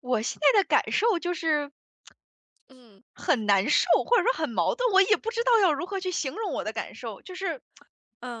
我现在的感受就是，嗯。很难受，或者说很矛盾，我也不知道要如何去形容我的感受。就是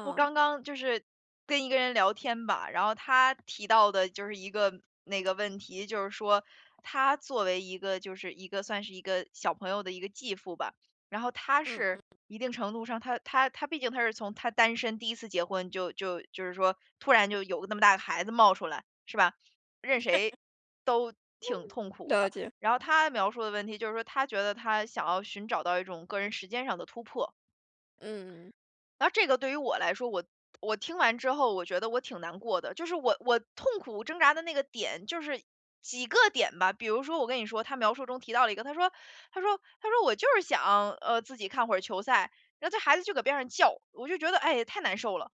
我刚刚就是跟一个人聊天吧，然后他提到的就是一个那个问题，就是说他作为一个就是一个算是一个小朋友的一个继父吧，然后他嗯是嗯。一定程度上，他毕竟他是从他单身第一次结婚就是说突然就有个那么大个孩子冒出来，是吧？任谁都挺痛苦了的。解。然后他描述的问题就是说，他觉得他想要寻找到一种个人时间上的突破，嗯。然后这个对于我来说，我听完之后，我觉得我挺难过的，就是我痛苦挣扎的那个点，就是几个点吧。比如说，我跟你说，他描述中提到了一个，他说我就是想自己看会儿球赛，然后这孩子就搁边上叫，我就觉得哎太难受了。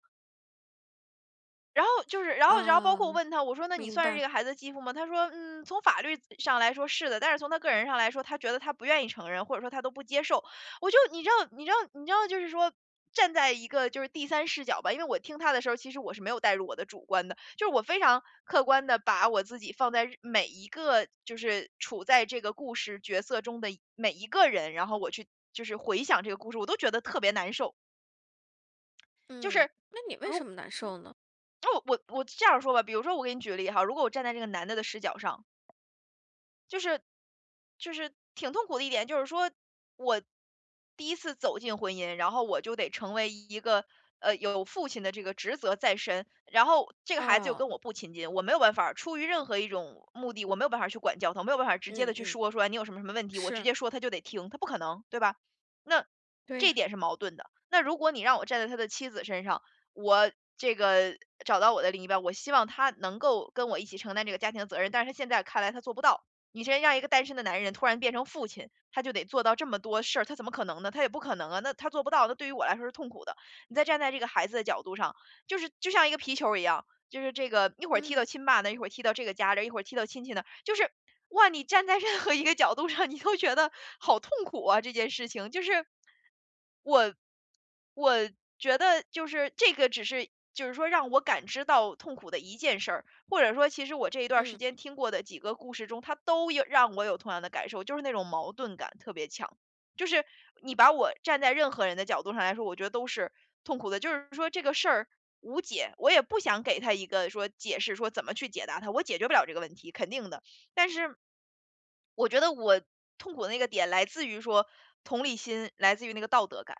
然后就是，然后包括啊，问他，我说：“那你明算是这白。个孩子的继父吗？”他说：“嗯，从法律上来说是的，但是从他个人上来说，他觉得他不愿意承认，或者说他都不接受。”我就你知道就是说，站在一个就是第三视角吧，因为我听他的时候，其实我是没有带入我的主观的，就是我非常客观的把我自己放在日每一个就是处在这个故事角色中的每一个人，然后我去就是回想这个故事，我都觉得特别难受。就嗯。是那你为什如么难受呢？那我这样说吧，比如说我给你举个例哈，如果我站在这个男的的视角上，就是就是挺痛苦的一点，就是说我第一次走进婚姻，然后我就得成为一个有父亲的这个职责在身，然后这个孩子又哦。跟我不亲近，我没有办法儿出于任何一种目的，我没有办法儿去管教他，我没有办法儿直接嗯的去嗯。说哎你有什么什么问题，我直是。接说他就得听，他不可能，对吧？那对这一呀。点是矛盾的。那如果你让我站在他的妻子身上，我这个找到我的另一半，我希望他能够跟我一起承担这个家庭责任，但是他现在看来他做不到，你先让一个单身的男人突然变成父亲，他就得做到这么多事儿，他怎么可能呢？他也不可能啊，那他做不到，那对于我来说是痛苦的。你再站在这个孩子的角度上，就是就像一个皮球儿一样，就是这个一会儿踢嗯到亲爸那儿，一会儿踢到这个家这儿，一会儿踢到亲戚那儿，就是哇，你站在任何一个角度上，你都觉得好痛苦啊！这件事情就是，我我觉得就是这个只是就是说让我感知到痛苦的一件事儿，或者说其实我这一段儿时嗯。间听过的几个故事中，它都有让我有同样的感受，就是那种矛盾感特别强。就是你把我站在任何人的角度上来说，我觉得都是痛苦的。就是说这个事儿无解，我也不想给他一个说解释，说怎么去解答它，我解决不了这个问题，肯定的。但是我觉得我痛苦的那个点来自于说同理心，来自于那个道德感。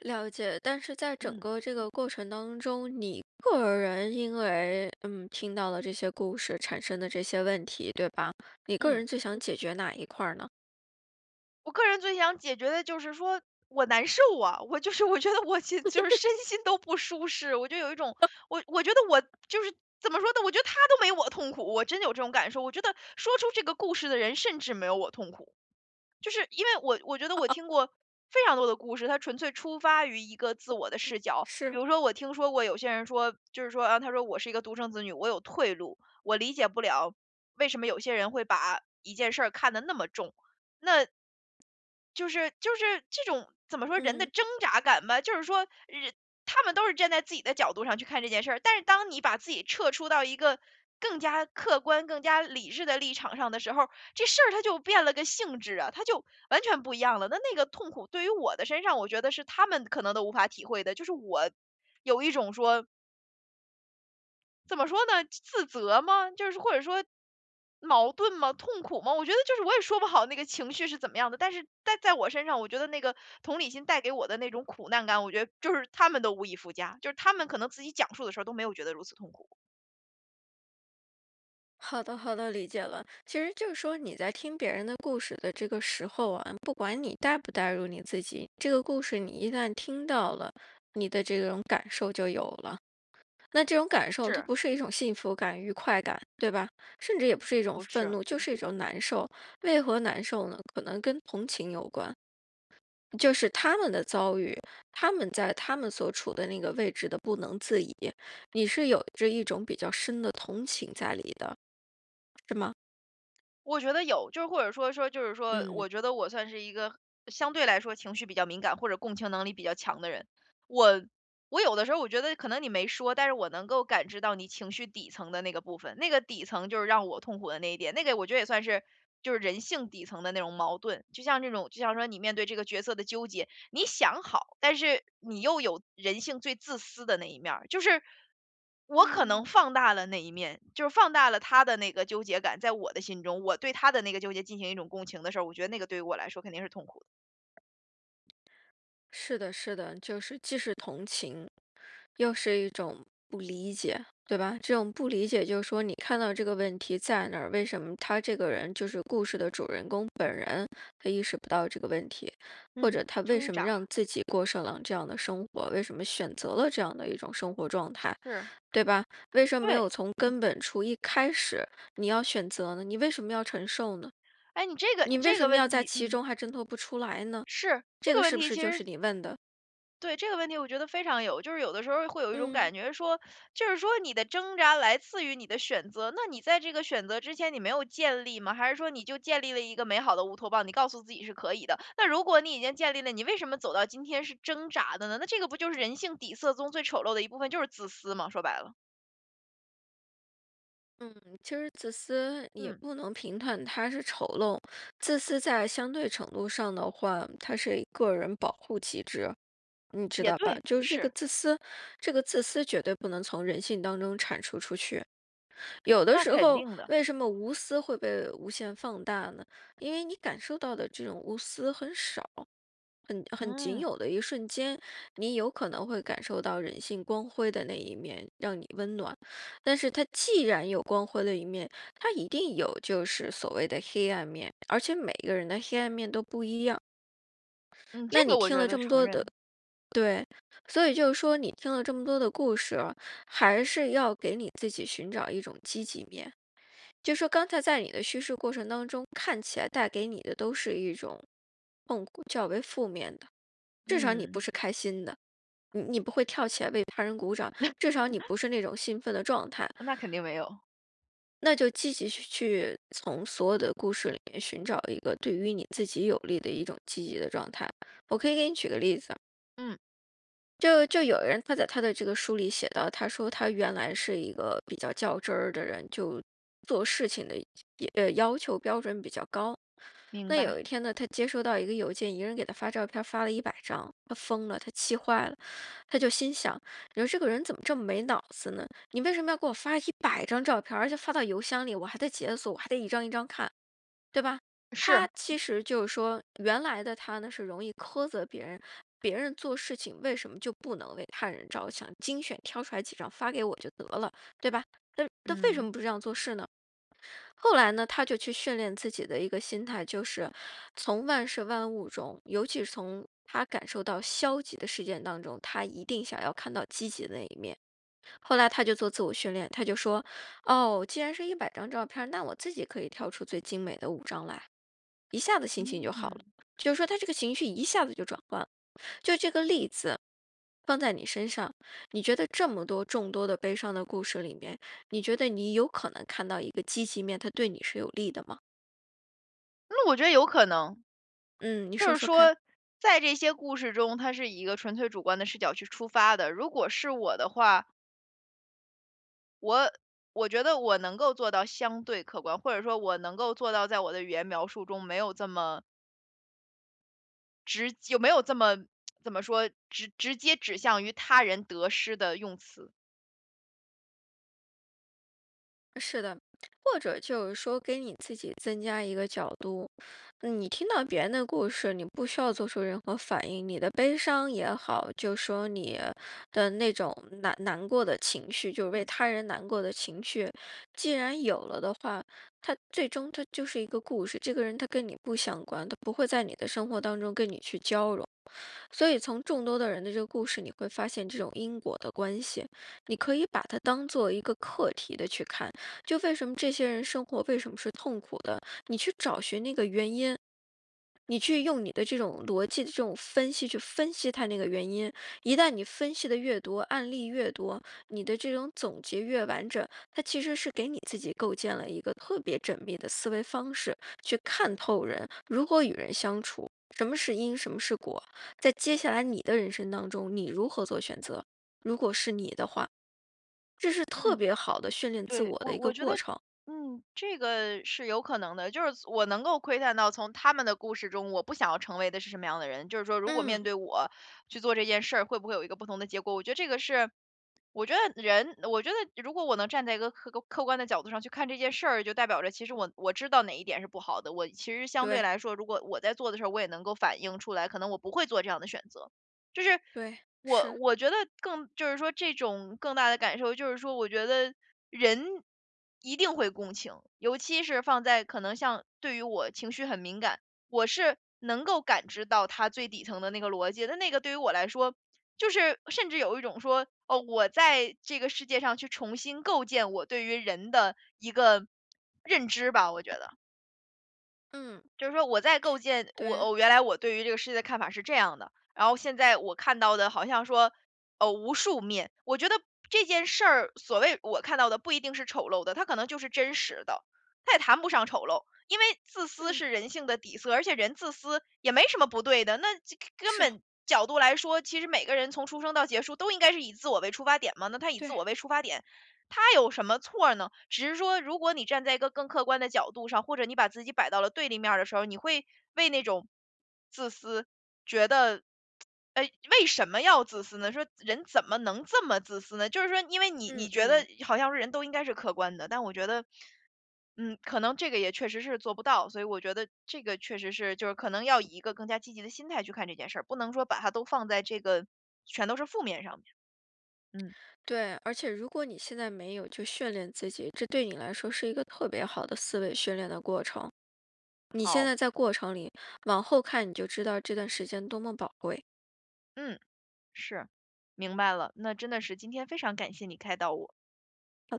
了解。但是在整嗯个这个过程当中，你个人因为听到了这些故事产生的这些问题，对吧？你个嗯。人最想解决哪一块儿呢？我个人最想解决的就是说我难受啊，我就是我觉得我心就是身心都不舒适，我就有一种我觉得我就是怎么说呢？我觉得他都没我痛苦，我真的有这种感受。我觉得说出这个故事的人甚至没有我痛苦，就是因为我觉得我听过非常多的故事，它纯粹出发于一个自我的视角。比是。如说，我听说过有些人说，就是说啊，他说我是一个独生子女，我有退路，我理解不了为什么有些人会把一件事儿看得那么重。那就是这种怎么说人的嗯。挣扎感吧，就是说人他们都是站在自己的角度上去看这件事儿，但是当你把自己撤出到一个更加客观、更加理智的立场上的时候，这事儿它就变了个性质啊，它就完全不一样了。那那个痛苦对于我的身上，我觉得是他们可能都无法体会的，就是我有一种说。怎么说呢？自责吗？就是或者说矛盾吗？痛苦吗？我觉得就是我也说不好那个情绪是怎么样的，但是在我身上，我觉得那个同理心带给我的那种苦难感，我觉得就是他们都无以复加，就是他们可能自己讲述的时候都没有觉得如此痛苦，好的，好的，理解了。其实就是说，你在听别人的故事的这个时候啊，不管你带不带入你自己，这个故事你一旦听到了，你的这种感受就有了。那这种感受，它是不是一种幸福感、愉快感，对吧？甚至也不是一种不愤是？怒，就是一种难受。为何难受呢？可能跟同情有关，就是他们的遭遇，他们在他们所处的那个位置的不能自已，你是有着一种比较深的同情在里的。我觉得有，就是或者说就是说，嗯。我觉得我算是一个相对来说情绪比较敏感或者共情能力比较强的人。我我有的时候我觉得可能你没说，但是我能够感知到你情绪底层的那个部分，那个底层就是让我痛苦的那一点，那个我觉得也算是就是人性底层的那种矛盾。就像这种，就像说你面对这个角色的纠结，你想好，但是你又有人性最自私的那一面儿，就是我可能嗯，放大了那一面，就是放大了他的那个纠结感，在我的心中，我对他的那个纠结进行一种共情的时候，我觉得那个对于我来说肯定是痛苦的。是的，是的，就是既是同情，又是一种不理解，对吧？这种不理解就是说，你看到这个问题在那儿，为什么他这个人就是故事的主人公本人，他意识不到这个问题，或嗯，者他为挣什么扎，让自己过上了这样的生活，为什么选择了这样的一种生活状态，是，对吧？为什么没对，有从根本处一开始你要选择呢？你为什么要承受呢？哎，你你为这什个么问要在题，其嗯，中还挣脱不出来呢？是这这个个问是不题，是其就是实你问的？对，这个问题我觉得非常有，就是有的时候会有一种嗯感觉说，就是说你的挣扎来自于你的选择，那你在这个选择之前你没有建立吗？还是说你就建立了一个美好的乌托邦，你告诉自己是可以的？那如果你已经建立了，你为什么走到今天是挣扎的呢？那这个不就是人性底色中最丑陋的一部分，就是自私吗？说白了，嗯，其实自私也嗯，不能评判它是丑陋，自私在相对程度上的话，它是一个人保护机制，你知也道吧？对，就是这个是，自私，这个自私绝对不能从人性当中铲除出去。有的那时肯候，定的，为什么无私会被无限放大呢？因为你感受到的这种无私很少，很仅嗯有的一瞬间，你有可能会感受到人性光辉的那一面，让你温暖。但是它既然有光辉的一面，它一定有就是所谓的黑暗面，而且每个人的黑暗面都不一样。嗯，这那个你我听觉了得这么承多的，认，对，所以就是说，你听了这么多的故事啊，还是要给你自己寻找一种积极面。就说刚才在你的叙事过程当中，看起来带给你的都是一种痛苦，较为负面的，至少你不嗯，是开心的，你不会跳起来为他人鼓掌，至少你不是那种兴奋的状态，那肯定没有，那就积极去从所有的故事里面寻找一个对于你自己有利的一种积极的状态。我可以给你举个例子。嗯，就有人他在他的这个书里写到，他说他原来是一个比较较真儿的人，就做事情的要求标准比较高。明那有白，一天呢，他接收到一个邮件，一个人给他发照片，发了一百张，他疯了，他气坏了，他就心想：你说这个人怎么这么没脑子呢？你为什么要给我发一百张照片，而且发到邮箱里，我还得解锁，我还得一张一张看。对吧？他是，其实就是说，原来的他呢是容易苛责别人，别人做事情为什么就不能为他人着想，精选挑出来几张发给我就得了，对吧？那为什么嗯不这样做事呢？后来呢，他就去训练自己的一个心态，就是从万事万物中，尤其是从他感受到消极的事件当中，他一定想要看到积极的那一面。后来他就做自我训练，他就说：“哦，既然是一百张照片，那我自己可以挑出最精美的五张来。”一下子心情就好了。嗯。就是说他这个情绪一下子就转换了。就这个例子放在你身上，你觉得这么多众多的悲伤的故事里面，你觉得你有可能看到一个积极面，它对你是有利的吗？那我觉得有可能，嗯，你就说是说看。说，在这些故事中，它是以一个纯粹主观的视角去出发的。如果是我的话，我我觉得我能够做到相对客观，或者说我能够做到在我的语言描述中没有这么直，有没有这么 怎么说直接指向于他人得失的用词。是的，或者就是说给你自己增加一个角度，你听到别人的故事，你不需要做出任何反应，你的悲伤也好，就说你的那种难过的情绪，就是为嗯，他人难过的情绪，既然有了的话，它最终它就是一个故事，这个人他跟你不相关，他不会在你的生活当中跟你去交融。所以从众多的人的这个故事，你会发现这种因果的关系，你可以把它当做一个课题的去看，就为什么这些人生活为什么是痛苦的，你去找寻那个原因。你去用你的这种逻辑的这种分析去分析他那个原因，一旦你分析的越多，案例越多，你的这种总结越完整，它其实是给你自己构建了一个特别缜密的思维方式，去看透人如何与人相处，什么是因，什么是果。在接下来你的人生当中，你如何做选择？如果是你的话，这是特嗯。别好的训练自对，我的我一个我觉得，过程。嗯，这个是有可能的。就是我能够窥探到从他们的故事中，我不想要成为的是什么样的人。就是说，如果嗯，面对我去做这件事儿，会不会有一个不同的结果？我觉得这个是，我觉得人，我觉得如果我能站在一个客观的角度上去看这件事儿，就代表着其实我我知道哪一点是不好的。我其实相对对来说，如果我在做的时候，我也能够反映出来，可能我不会做这样的选择。就是对，我是。我觉得更就是说这种更大的感受就是说，我觉得人一定会共情，尤其是放在可能像对于我情绪很敏感，我是能够感知到它最底层的那个逻辑。那那个对于我来说，就是甚至有一种说，哦，我在这个世界上去重新构建我对于人的一个认知吧，我觉得。嗯，就是说我在构建我对。哦，原来我对于这个世界的看法是这样的，然后现在我看到的好像说，无数面。我觉得这件事儿，所谓我看到的不一定是丑陋的，它可能就是真实的，它也谈不上丑陋，因为自私嗯，是人性的底色，而且人自私也没什么不对的。那这根是。本角度来说，其实每个人从出生到结束都应该是以自我为出发点嘛，那他以自对。我为出发点，他有什么错儿呢？只是说如果你站在一个更客观的角度上，或者你把自己摆到了对立面儿的时候，你会为那种自私觉得，呃，为什么要自私呢？说人怎么能这么自私呢？就是说，因为你嗯觉得嗯。好像是人都应该是客观的，但我觉得，嗯，可能这个也确实是做不到，所以我觉得这个确实是就是可能要以一个更加积极的心态去看这件事儿，不能说把它都放在这个全都是负面上面。嗯，对。而且如果你现在没有就训练自己，这对你来说是一个特别好的思维训练的过程。你现好，在在过程里，往后看你就知道这段时间多么宝贵。嗯。是，明白了。那真的是今天非常感谢你开导我。好的。